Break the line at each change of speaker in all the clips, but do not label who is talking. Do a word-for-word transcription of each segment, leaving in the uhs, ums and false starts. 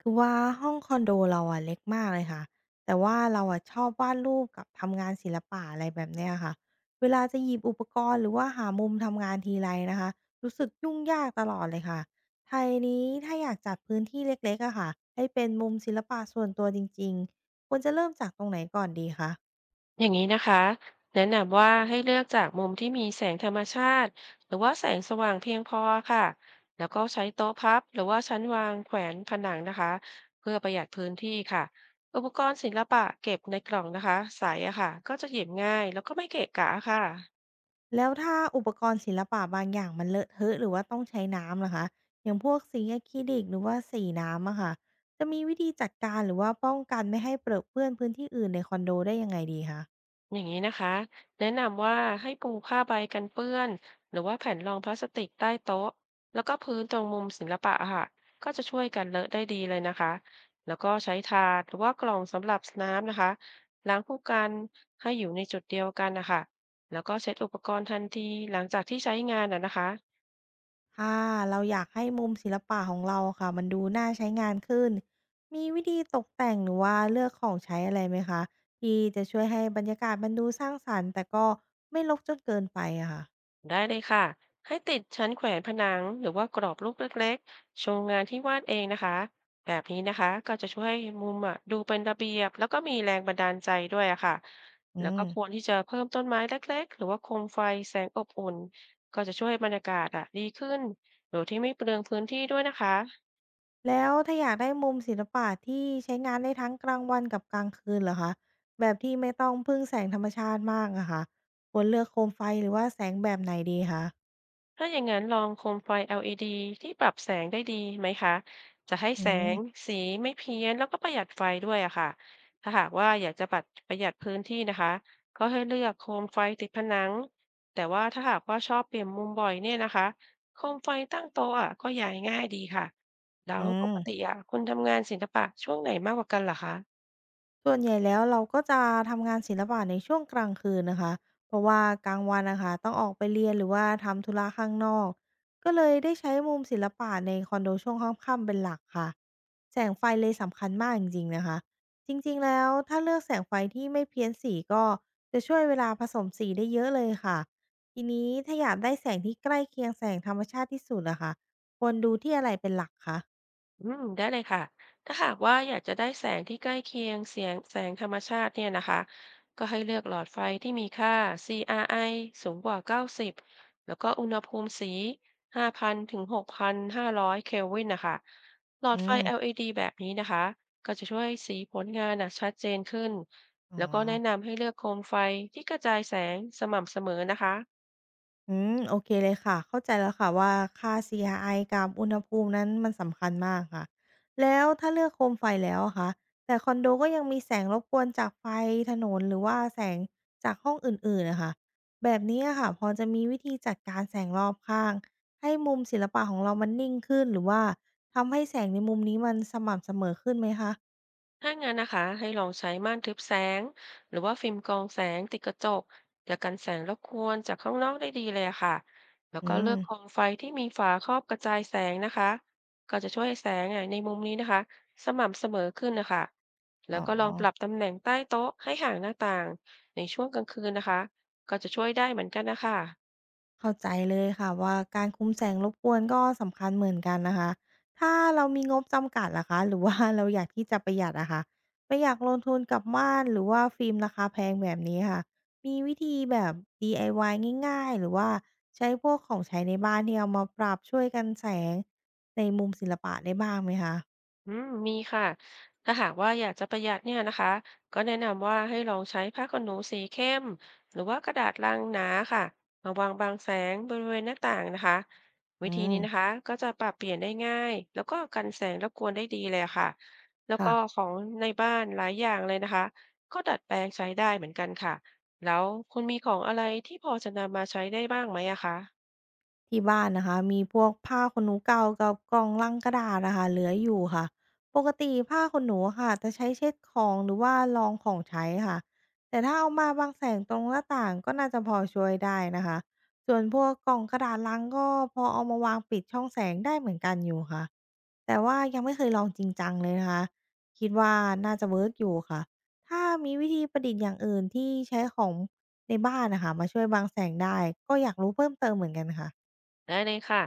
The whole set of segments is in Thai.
คือว่าห้องคอนโดเราอะเล็กมากเลยค่ะแต่ว่าเราอะชอบวาดรูปกับทำงานศิลปะอะไรแบบเนี้ยค่ะเวลาจะหยิบอุปกรณ์หรือว่าหามุมทำงานทีไรนะคะรู้สึกยุ่งยากตลอดเลยค่ะไทยนี้ถ้าอยากจัดพื้นที่เล็กๆอะค่ะให้เป็นมุมศิลปะส่วนตัวจริงๆควรจะเริ่มจากตรงไหนก่อนดีคะ
อย่างนี้นะคะแนะนำว่าให้เลือกจากมุมที่มีแสงธรรมชาติหรือว่าแสงสว่างเพียงพอค่ะแล้วก็ใช้โต๊ะพับหรือว่าชั้นวางแขวนผนังนะคะเพื่อประหยัดพื้นที่ค่ะอุปกรณ์ศิลปะเก็บในกล่องนะคะใสอะค่ะก็จะหยิบง่ายแล้วก็ไม่เกะกะค่ะ
แล้วถ้าอุปกรณ์ศิลปะบางอย่างมันเลอะเทอะหรือว่าต้องใช้น้ำล่ะคะอย่างพวกสีอะคริลิกหรือว่าสีน้ำอะค่ะจะมีวิธีจัดการหรือว่าป้องกันไม่ให้เปรอะเปื้อนพื้นที่อื่นในคอนโดได้ยังไงดีคะ
อย่างนี้นะคะแนะนำว่าให้ปูผ้าใบกันเปื้อนหรือว่าแผ่นรองพลาสติกใต้โต๊ะแล้วก็พื้นตรงมุมศิลปะอะค่ะก็จะช่วยกันเลอะได้ดีเลยนะคะแล้วก็ใช้ถาดหรือว่ากล่องสำหรับน้ำนะคะล้างคู่กันให้อยู่ในจุดเดียวกันนะคะแล้วก็เช็ดอุปกรณ์ทันทีหลังจากที่ใช้งานนะนะคะ
ถ้าเราอยากให้มุมศิลปะของเราค่ะมันดูน่าใช้งานขึ้นมีวิธีตกแต่งหรือว่าเลือกของใช้อะไรไหมคะที่จะช่วยให้บรรยากาศมันดูสร้างสรรค์แต่ก็ไม่รกจนเกินไปอะค่ะ
ได้เลยค่ะให้ติดชั้นแขวนผนังหรือว่ากรอบรูปเล็กๆโชว์งานที่วาดเองนะคะแบบนี้นะคะก็จะช่วยให้มุมอ่ะดูเป็นระเบียบแล้วก็มีแรงบันดาลใจด้วยอะค่ะ
อื
แล้วก็
ม
ควรที่จะเพิ่มต้นไม้เล็กๆหรือว่าโคมไฟแสงอบอุ่นก็จะช่วยให้บรรยากาศอ่ะดีขึ้นโดยที่ไม่เปลืองพื้นที่ด้วยนะคะ
แล้วถ้าอยากได้มุมศิลปะที่ใช้งานได้ทั้งกลางวันกับกลางคืนเหรอคะแบบที่ไม่ต้องพึ่งแสงธรรมชาติมากอะค่ะควรเลือกโคมไฟหรือว่าแสงแบบไหนดีคะ
ถ้าอย่างนั้นลองโคมไฟ แอล อี ดี ที่ปรับแสงได้ดีไหมคะจะให้
อื
แส
ม
งสีไม่เพี้ยนแล้วก็ประหยัดไฟด้วยอะค่ะถ้าหากว่าอยากจะปัดประหยัดพื้นที่นะคะก็ให้เลือกโคมไฟติดผนังแต่ว่าถ้าหากว่าชอบเปลี่ยนมุมบ่อยเนี่ยนะคะโคมไฟตั้งโต๊ะอะก็ย้ายง่ายดีค่ะแล้
อื
วปกติ
ม
อะคุณทำงานศิลปะช่วงไหนมากกว่ากันเหรอคะ
ส่วนใหญ่แล้วเราก็จะทำงานศิลปะในช่วงกลางคืนนะคะ เพราะว่ากลางวันนะคะต้องออกไปเรียนหรือว่าทำธุระข้างนอก ก็เลยได้ใช้มุมศิลปะในคอนโดช่วงค่ำๆเป็นหลักค่ะ แสงไฟเลยสำคัญมากจริงๆนะคะ จริงๆแล้วถ้าเลือกแสงไฟที่ไม่เพี้ยนสีก็จะช่วยเวลาผสมสีได้เยอะเลยค่ะทีนี้ถ้าอยากได้แสงที่ใกล้เคียงแสงธรรมชาติที่สุดนะคะควรดูที่อะไรเป็นหลักคะ
อืมได้เลยค่ะ ถ้าหากว่าอยากจะได้แสงที่ใกล้เคียงเสียงแสงธรรมชาติเนี่ยนะคะก็ให้เลือกหลอดไฟที่มีค่า ซี อาร์ ไอ สูงกว่า เก้าสิบ แล้วก็อุณหภูมิสี ห้าพันถึงหกพันห้าร้อยเคลวินนะคะหลอด
อื
ไฟ
ม
แอล อี ดี แบบนี้นะคะ ก็จะช่วยสีผลงานนะชัดเจนขึ้น
อ๋อ
แล้วก็แนะนำให้เลือกโคมไฟที่กระจายแสงสม่ำเสมอนะคะ
อืมโอเคเลยค่ะเข้าใจแล้วค่ะว่าค่า ซี อาร์ ไอ กับอุณหภูมินั้นมันสำคัญมากค่ะแล้วถ้าเลือกโคมไฟแล้วอะคะแต่คอนโดก็ยังมีแสงรบกวนจากไฟถนนหรือว่าแสงจากห้องอื่นๆน่ะค่ะแบบนี้อะค่ะพอจะมีวิธีจัดการแสงรอบข้างให้มุมศิลปะของเรามันนิ่งขึ้นหรือว่าทำให้แสงในมุมนี้มันสม่ำเสมอขึ้นไหมคะ
ถ้างั้นนะคะให้ลองใช้ม่านทึบแสงหรือว่าฟิล์มกรองแสงติดกระจกจะกันแสงรบกวนจากข้างนอกได้ดีเลยอะค่ะแล้ว
อื
ก็เลื
ม
อกโคมไฟที่มีฝาครอบกระจายแสงนะคะก็จะช่วยให้แสงอะในมุมนี้นะคะสม่ำเสมอขึ้นนะคะแล้
อ๋
ว
อ
ก็ลองปรับตำแหน่งใต้โต๊ะให้ห่างหน้าต่างในช่วงกลางคืนนะคะก็จะช่วยได้เหมือนกันนะคะ
เข้าใจเลยค่ะว่าการคุมแสงรบกวนก็สำคัญเหมือนกันนะคะถ้าเรามีงบจำกัดล่ะคะหรือว่า เราอยากที่จะประหยัดอะคะไม่อยากลงทุนกับม่านหรือว่าฟิล์มราคาแพงแบบนี้ค่ะมีวิธีแบบ ดี ไอ วาย ง่ายๆหรือว่าใช้พวกของใช้ในบ้านที่เอามาปรับช่วยกันแสงในมุมศิลปะได้บ้างไหมคะ
อืมมีค่ะ ถ้าหากว่าอยากจะประหยัดเนี่ยนะคะก็แนะนำว่าให้ลองใช้ผ้าขนหนูสีเข้มหรือว่ากระดาษลังหนาค่ะมาวางบังแสงบริเวณหน้าต่างนะคะวิ
อื
ธีนี้นะ
ม
คะก็จะปรับเปลี่ยนได้ง่ายแล้วก็กันแสงรบกวนได้ดีเลยอะค่ะแล้วก็
ค่ะ
ของในบ้านหลายอย่างเลยนะคะก็ดัดแปลงใช้ได้เหมือนกันค่ะแล้วคุณมีของอะไรที่พอจะนำมาใช้ได้บ้างไหมอะคะ
ที่บ้านนะคะมีพวกผ้าขนหนูเก่ากับกล่องลังกระดาษนะคะเหลืออยู่ค่ะปกติผ้าขนหนูค่ะจะใช้เช็ดของหรือว่ารองของใช้ค่ะแต่ถ้าเอามาบังแสงตรงหน้าต่างก็น่าจะพอช่วยได้นะคะส่วนพวกกล่องกระดาษลังก็พอเอามาวางปิดช่องแสงได้เหมือนกันอยู่ค่ะแต่ว่ายังไม่เคยลองจริงจังเลยนะคะคิดว่าน่าจะเวิร์กอยู่ค่ะถ้ามีวิธีประดิษฐ์อย่างอื่นที่ใช้ของในบ้านนะคะมาช่วยบังแสงได้ก็อยากรู้เพิ่มเติมเหมือนกันค่ะ
ได้เลยค่ะ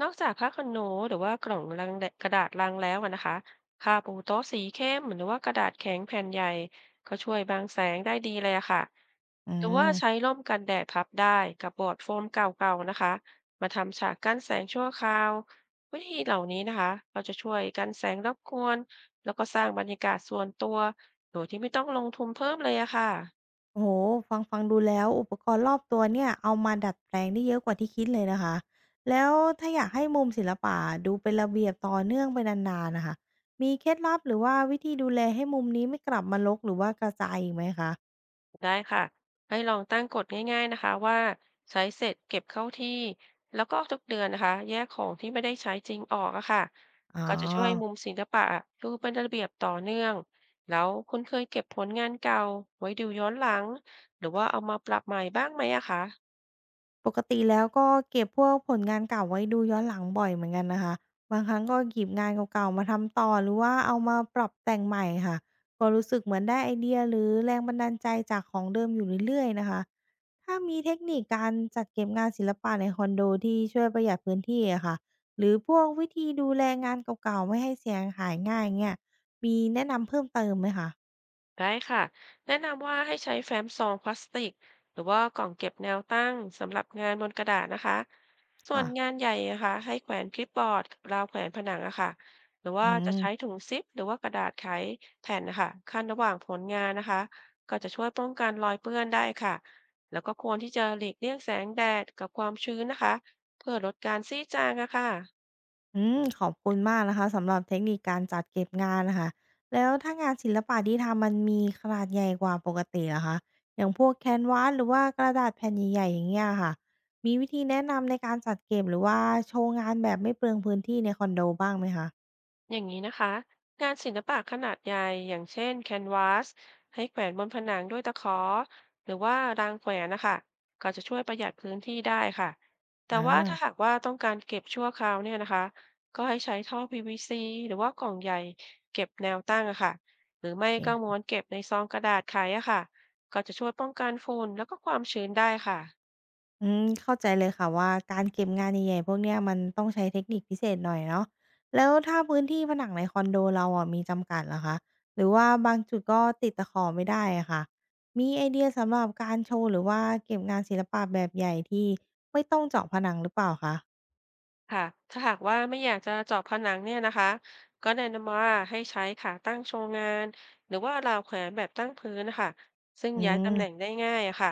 นอกจากผ้าขนหนูหรือว่ากล่องลังแดกระดาษลังแล้วอะนะคะผ้าปูโต๊ะสีเข้มหรือว่ากระดาษแข็งแผ่นใหญ่ก็ช่วยบังแสงได้ดีเลยอะค่ะ
อ
หรือว่า
า
ใช้ร่มกันแดดพับได้กับบอร์ดโฟมเก่าๆนะคะมาทำฉากกั้นแสงชั่วคราววิธีเหล่านี้นะคะเราจะช่วยกันแสงรบกวนแล้วก็สร้างบรรยากาศส่วนตัวโดยที่ไม่ต้องลงทุนเพิ่มเลยอะค่ะ
โอ้โฮฟังฟังดูแล้วอุปกรณ์รอบตัวเนี่ยเอามาดัดแปลงได้เยอะกว่าที่คิดเลยนะคะ แล้วถ้าอยากให้มุมศิลปะดูเป็นระเบียบต่อเนื่องไปนานๆน่ะค่ะมีเคล็ดลับหรือว่าวิธีดูแลให้มุมนี้ไม่กลับมารกหรือว่ากระจายอีกไหมคะ
ได้ค่ะให้ลองตั้งกฎง่ายๆนะคะว่าใช้เสร็จเก็บเข้าที่ แล้วก็ทุกเดือนนะคะแยกของที่ไม่ได้ใช้จริงออกอะค่ะ
อ๋อ
ก็จะช่วยให้มุมศิลปะะดูเป็นระเบียบต่อเนื่อง แล้วคุณเคยเก็บผลงานเก่าไว้ดูย้อนหลังหรือว่าเอามาปรับใหม่บ้างไหมอะคะ
ปกติแล้วก็เก็บพวกผลงานเก่าไว้ดูย้อนหลังบ่อยเหมือนกันนะคะบางครั้งก็หยิบงานเก่าๆมาทำต่อหรือว่าเอามาปรับแต่งใหม่ค่ะก็รู้สึกเหมือนได้ไอเดียหรือแรงบันดาลใจจากของเดิมอยู่เรื่อยๆนะคะถ้ามีเทคนิคการจัดเก็บงานศิลปะในคอนโดที่ช่วยประหยัดพื้นที่อะค่ะหรือพวกวิธีดูแลงานเก่าๆไม่ให้เสียหายง่ายเงี้ยมีแนะนำเพิ่มเติมไหมคะ
ได้ค่ะแนะนำว่าให้ใช้แฟ้มซองพลาสติกหรือว่ากล่องเก็บแนวตั้งสำหรับงานบนกระดาษนะคะส่ว
ค่ะ
นงานใหญ่นะคะให้แขวนคลิปบอร์ดราวแขวนผนังอะค่ะหรือ
อื
ว่าจะใช้
ม
ถุงซิปหรือว่ากระดาษไขแผ่นนะคะขั้นระหว่างผลงานนะคะก็จะช่วยป้องกันรอยเปื้อนได้ค่ะแล้วก็ควรที่จะหลีกเลี่ยงแสงแดดกับความชื้นนะคะเพื่อลดการซี่จางอะค่ะ
อืมขอบคุณมากนะคะสำหรับเทคนิคการจัดเก็บงานนะคะแล้วถ้างานศิลปะที่ทำมันมีขนาดใหญ่กว่าปกติเหรอคะอย่างพวกแคนวาสหรือว่ากระดาษแผ่นใหญ่ๆอย่างเงี้ยค่ะมีวิธีแนะนำในการจัดเก็บหรือว่าโชว์งานแบบไม่เปลืองพื้นที่ในคอนโดบ้างไหมคะ
อย่างนี้นะคะงานศิลปะขนาดใหญ่ อย่างเช่นแคนวาสให้แขวนบนผนังด้วยตะขอหรือว่ารางแขวนนะคะก็จะช่วยประหยัดพื้นที่ได้ค่ะแต่
อา
ว่าถ้าหากว่าต้องการเก็บชั่วคราวเนี่ยนะคะก็ให้ใช้ท่อ พี วี ซี หรือว่ากล่องใหญ่เก็บแนวตั้งอะค่ะหรือ
โอ
ไม่ก็ม้ว
เค
นเก็บในซองกระดาษขายอะค่ะก็จะช่วยป้องกันฝุ่นแล้วก็ความชื้นได้ค่ะ
อืมเข้าใจเลยค่ะว่าการเก็บงานใหญ่ๆพวกเนี้ยมันต้องใช้เทคนิคพิเศษหน่อยเนาะแล้วถ้าพื้นที่ผนังในคอนโดเราอะมีจำกัดเหรอคะหรือว่าบางจุดก็ติดตะขอไม่ได้อะค่ะมีไอเดียสำหรับการโชว์หรือว่าเก็บงานศิลปะแบบใหญ่ที่ไม่ต้องเจาะผนังหรือเปล่าคะ
ค่ะถ้าหากว่าไม่อยากจะเจาะผนังเนี่ยนะคะก็แนะนำว่าให้ใช้ขาตั้งโชว์งานหรือว่าราวแขวนแบบตั้งพื้นนะคะซึ่ง
อื
ย้ายตำ
ม
แหน่งได้ง่ายอะค่ะ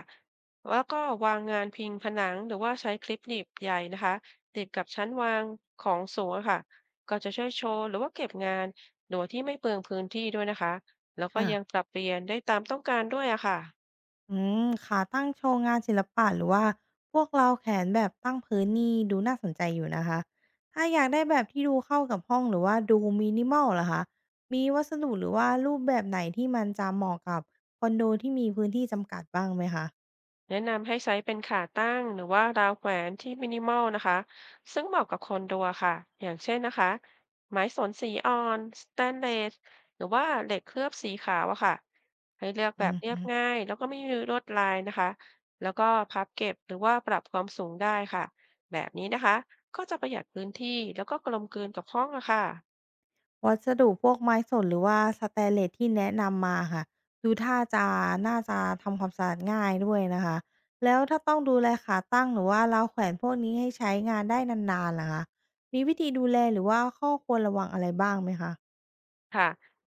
แล้วก็วางงานพิงผนังหรือว่าใช้คลิปหนีบใหญ่นะคะติดกับชั้นวางของสูงอะค่ะก็จะช่วยโชว์หรือว่าเก็บงานโดยที่ไม่เปลืองพื้นที่ด้วยนะคะแล้วก็
ค่ะ
ยังปรับเปลี่ยนได้ตามต้องการด้วยอะค่ะ
อืมค่ะตั้งโชว์งานศิลปะหรือว่าพวกเราแขนแบบตั้งพื้นนี่ดูน่าสนใจอยู่นะคะถ้าอยากได้แบบที่ดูเข้ากับห้องหรือว่าดูมินิมอลล่ะคะมีวัสดุหรือว่ารูปแบบไหนที่มันจะเหมาะกับคอนโดที่มีพื้นที่จำกัดบ้างไหมคะ
แนะนำให้ใช้เป็นขาตั้งหรือว่าราวแขวนที่มินิมอลนะคะซึ่งเหมาะกับคนดัวค่ะอย่างเช่นนะคะไม้สนสีอ่อนสแตนเลสหรือว่าเหล็กเคลือบสีขาวอะค่ะให้เลือก
อื
แบบเรียบ
อ
ง่ายแล้วก็ไม่มีลวดลายนะคะแล้วก็พับเก็บหรือว่าปรับความสูงได้ค่ะแบบนี้นะคะก็จะประหยัดพื้นที่แล้วก็กลมกลืนกับห้องอะค่ะ
วัสดุพวกไม้สนหรือว่าสเตนเลสที่แนะนำมาค่ะดูท่าจะน่าจะทำความสะอาดง่ายด้วยนะคะแล้วถ้าต้องดูแลขาตั้งหรือว่าราวแขวนพวกนี้ให้ใช้งานได้นานๆล่ะคะมีวิธีดูแลหรือว่าข้อควรระวังอะไรบ้างไหมคะ
ค่ะ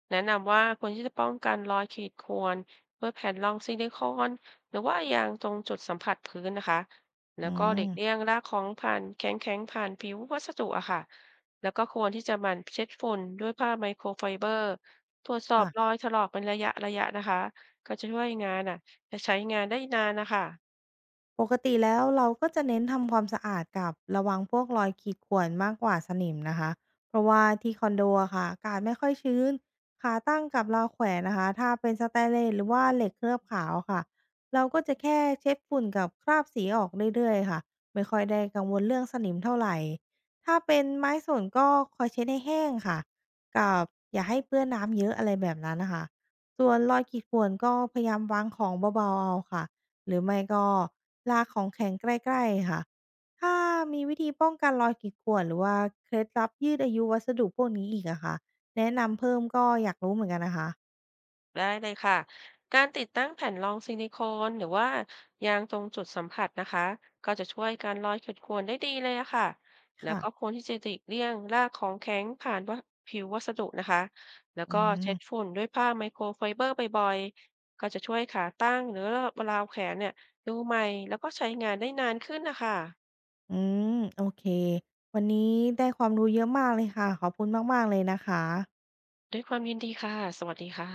แนะนำว่าควรที่จะป้องกันรอยขีดข่วนด้วยแผ่นรองซิลิโคนหรือว่ายางตรงจุดสัมผัสพื้นนะคะแล้ว
อื
ก็หลี
ม
กเลี่ยงลากของผ่านแข็งๆผ่านผิววัสดุอะค่ะแล้วก็ควรที่จะหมั่นเช็ดฝุ่นด้วยผ้าไมโครไฟเบอร์ตรวจสอบ
ค่ะ
รอยถลอกเป็นระยะระยะนะคะก็จะช่วยงานอ่ะจะใช้งานได้นานนะคะ
ปกติแล้วเราก็จะเน้นทำความสะอาดกับระวังพวกรอยขีดข่วนมากกว่าสนิมนะคะเพราะว่าที่คอนโดอะค่ะอากาศไม่ค่อยชื้นขาตั้งกับราวแขวนนะคะถ้าเป็นสแตนเลสหรือว่าเหล็กเคลือบขาวค่ะเราก็จะแค่เช็ดฝุ่นกับคราบสีออกเรื่อยๆค่ะไม่ค่อยได้กังวลเรื่องสนิมเท่าไหร่ถ้าเป็นไม้สนก็คอยเช็ดให้แห้งค่ะกับอย่าให้เปื้อนน้ำเยอะอะไรแบบนั้นนะคะส่วนรอยขีดข่วนก็พยายามวางของเบาๆเอาค่ะ หรือไม่ก็ลากของแข็งใกล้ๆค่ะถ้ามีวิธีป้องกันรอยขีดข่วนหรือว่าเคล็ดลับยืดอายุวัสดุพวกนี้อีกอะคะแนะนำเพิ่มก็อยากรู้เหมือนกันนะคะ
ได้เลยค่ะการติดตั้งแผ่นรองซิลิโคนหรือว่ายางตรงจุดสัมผัสนะคะก็จะช่วยการลอยขีดข่วนได้ดีเลยอะค่ะแล้ว
ค่ะ
ก็ควรที่จะหลีกเลี่ยงลากของแข็งผ่านวะผิววัสดุนะคะแล้ว
อื
ก็
ม
เช็ดฝุ่นด้วยผ้าไมโครไฟเบอร์บ่อยๆก็จะช่วยขาตั้งหรือราวแขนเนี่ยดูใหม่แล้วก็ใช้งานได้นานขึ้นนะคะ
อืมโอเควันนี้ได้ความรู้เยอะมากเลยค่ะขอบคุณมากๆเลยนะคะ
ด้วยความยินดีค่ะสวัสดีค่ะ